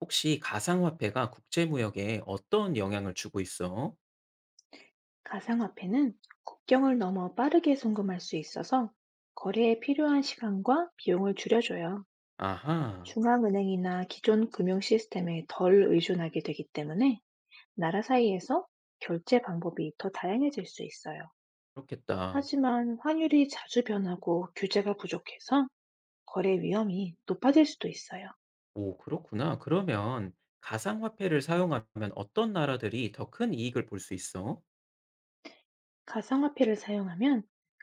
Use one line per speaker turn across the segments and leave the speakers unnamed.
혹시 가상화폐가 국제무역에 어떤 영향을 주고 있어?
가상화폐는 국경을 넘어 빠르게 송금할 수 있어서 거래에 필요한 시간과 비용을 줄여줘요.
아하,
중앙은행이나 기존 금융 시스템에 덜 의존하게 되기 때문에 나라 사이에서 결제 방법이 더 다양해질 수 있어요.
그렇겠다.
하지만 환율이 자주 변하고 규제가 부족해서 거래 위험이 높아질 수도 있어요.
오, 그렇구나. 그러면 가상화폐를 사용하면 어떤 나라들이 더 큰 이익을 볼 수 있어?
가상화폐를 사용하면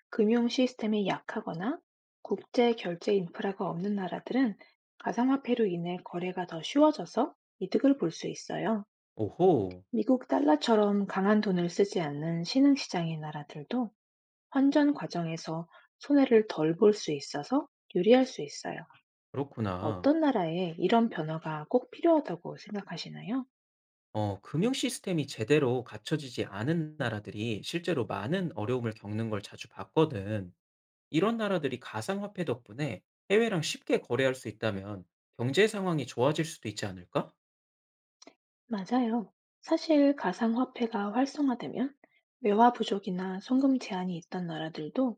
금융 시스템이 약하거나 국제 결제 인프라가 없는 나라들은 가상화폐로 인해 거래가 더 쉬워져서 이득을 볼 수 있어요.
오호,
미국 달러처럼 강한 돈을 쓰지 않는 신흥시장인 나라들도 환전 과정에서 손해를 덜 볼 수 있어서 유리할 수 있어요.
그렇구나.
어떤 나라에 이런 변화가 꼭 필요하다고 생각하시나요?
금융 시스템이 제대로 갖춰지지 않은 나라들이 실제로 많은 어려움을 겪는 걸 자주 봤거든. 이런 나라들이 가상화폐 덕분에 해외랑 쉽게 거래할 수 있다면 경제 상황이 좋아질 수도 있지 않을까?
맞아요. 사실 가상화폐가 활성화되면 외화 부족이나 송금 제한이 있던 나라들도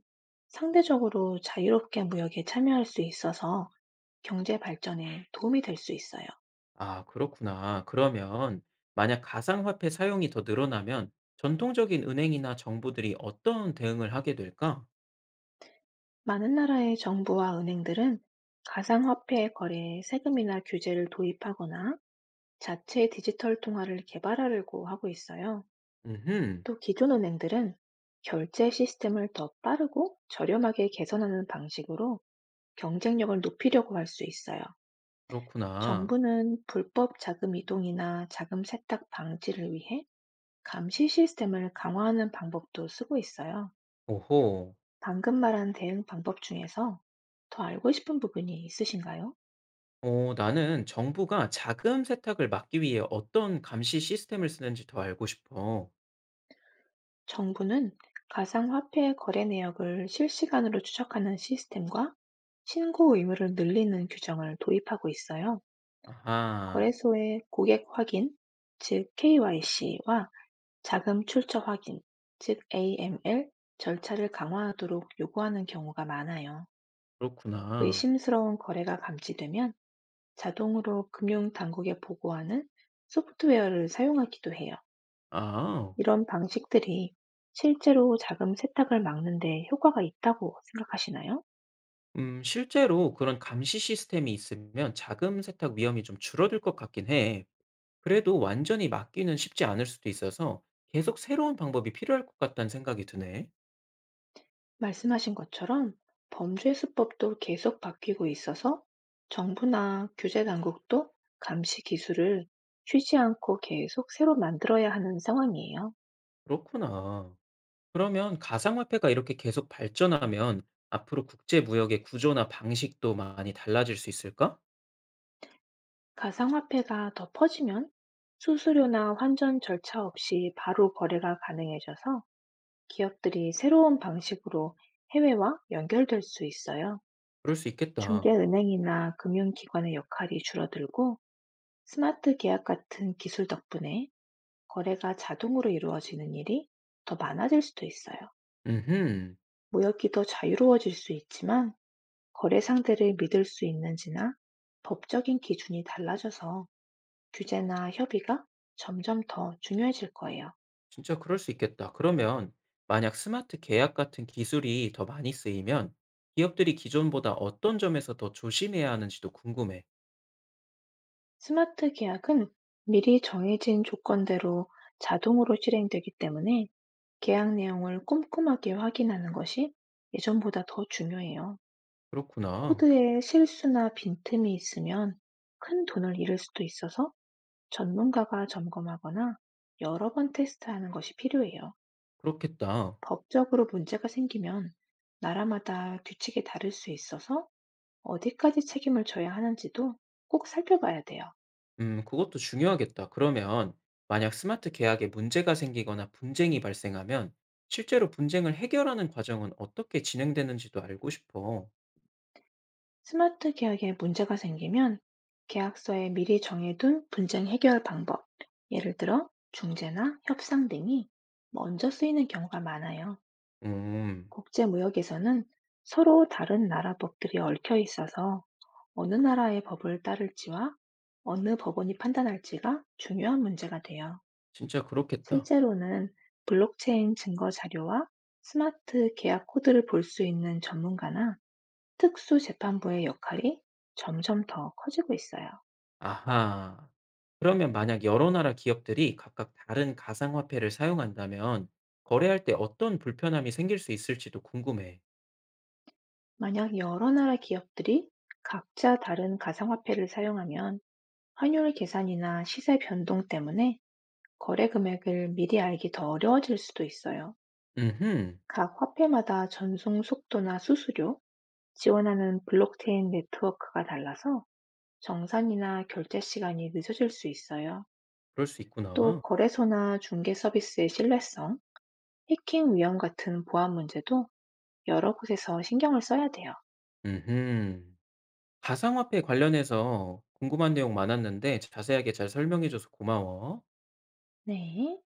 상대적으로 자유롭게 무역에 참여할 수 있어서 경제 발전에 도움이 될 수 있어요.
아, 그렇구나. 그러면 만약 가상화폐 사용이 더 늘어나면 전통적인 은행이나 정부들이 어떤 대응을 하게 될까?
많은 나라의 정부와 은행들은 가상화폐 거래에 세금이나 규제를 도입하거나 자체 디지털 통화를 개발하려고 하고 있어요.
음,
또 기존 은행들은 결제 시스템을 더 빠르고 저렴하게 개선하는 방식으로 경쟁력을 높이려고 할 수 있어요.
그렇구나.
정부는 불법 자금 이동이나 자금 세탁 방지를 위해 감시 시스템을 강화하는 방법도 쓰고 있어요.
오호.
방금 말한 대응 방법 중에서 더 알고 싶은 부분이 있으신가요?
나는 정부가 자금 세탁을 막기 위해 어떤 감시 시스템을 쓰는지 더 알고 싶어.
정부는 가상화폐 거래 내역을 실시간으로 추적하는 시스템과 신고 의무를 늘리는 규정을 도입하고 있어요.
아하,
거래소의 고객 확인, 즉 KYC와 자금 출처 확인, 즉 AML 절차를 강화하도록 요구하는 경우가 많아요.
그렇구나.
의심스러운 거래가 감지되면 자동으로 금융 당국에 보고하는 소프트웨어를 사용하기도 해요.
아,
이런 방식들이 실제로 자금 세탁을 막는데 효과가 있다고 생각하시나요?
실제로 그런 감시 시스템이 있으면 자금 세탁 위험이 좀 줄어들 것 같긴 해. 그래도 완전히 막기는 쉽지 않을 수도 있어서 계속 새로운 방법이 필요할 것 같다는 생각이 드네.
말씀하신 것처럼 범죄 수법도 계속 바뀌고 있어서 정부나 규제 당국도 감시 기술을 쉬지 않고 계속 새로 만들어야 하는 상황이에요.
그렇구나. 그러면 가상화폐가 이렇게 계속 발전하면 앞으로 국제 무역의 구조나 방식도 많이 달라질 수 있을까?
가상화폐가 더 퍼지면 수수료나 환전 절차 없이 바로 거래가 가능해져서 기업들이 새로운 방식으로 해외와 연결될 수 있어요.
그럴 수 있겠다.
중개은행이나 금융기관의 역할이 줄어들고 스마트 계약 같은 기술 덕분에 거래가 자동으로 이루어지는 일이 더 많아질 수도 있어요.
음흠.
무역이 더 자유로워질 수 있지만 거래 상대를 믿을 수 있는지나 법적인 기준이 달라져서 규제나 협의가 점점 더 중요해질 거예요.
진짜 그럴 수 있겠다. 그러면 만약 스마트 계약 같은 기술이 더 많이 쓰이면 기업들이 기존보다 어떤 점에서 더 조심해야 하는지도 궁금해.
스마트 계약은 미리 정해진 조건대로 자동으로 실행되기 때문에 계약 내용을 꼼꼼하게 확인하는 것이 예전보다 더 중요해요.
그렇구나.
코드에 실수나 빈틈이 있으면 큰 돈을 잃을 수도 있어서 전문가가 점검하거나 여러 번 테스트하는 것이 필요해요.
그렇겠다.
법적으로 문제가 생기면 나라마다 규칙이 다를 수 있어서 어디까지 책임을 져야 하는지도 꼭 살펴봐야 돼요.
그것도 중요하겠다. 그러면 만약 스마트 계약에 문제가 생기거나 분쟁이 발생하면 실제로 분쟁을 해결하는 과정은 어떻게 진행되는지도 알고 싶어.
스마트 계약에 문제가 생기면 계약서에 미리 정해둔 분쟁 해결 방법, 예를 들어 중재나 협상 등이 먼저 쓰이는 경우가 많아요.
음,
국제무역에서는 서로 다른 나라 법들이 얽혀 있어서 어느 나라의 법을 따를지와 어느 법원이 판단할지가 중요한 문제가 돼요.
진짜 그렇겠다.
실제로는 블록체인 증거 자료와 스마트 계약 코드를 볼 수 있는 전문가나 특수 재판부의 역할이 점점 더 커지고 있어요.
아하. 그러면 만약 여러 나라 기업들이 각각 다른 가상화폐를 사용한다면 거래할 때 어떤 불편함이 생길 수 있을지도 궁금해.
만약 여러 나라 기업들이 각자 다른 가상화폐를 사용하면 환율 계산이나 시세 변동 때문에 거래 금액을 미리 알기 더 어려워질 수도 있어요.
음흠,
각 화폐마다 전송 속도나 수수료, 지원하는 블록체인 네트워크가 달라서 정산이나 결제 시간이 늦어질 수 있어요.
그럴 수
또
있구나.
거래소나 중개 서비스의 신뢰성, 해킹 위험 같은 보안 문제도 여러 곳에서 신경을 써야 돼요.
음흠. 가상화폐 관련해서 궁금한 내용 많았는데 자세하게 잘 설명해줘서 고마워.
네.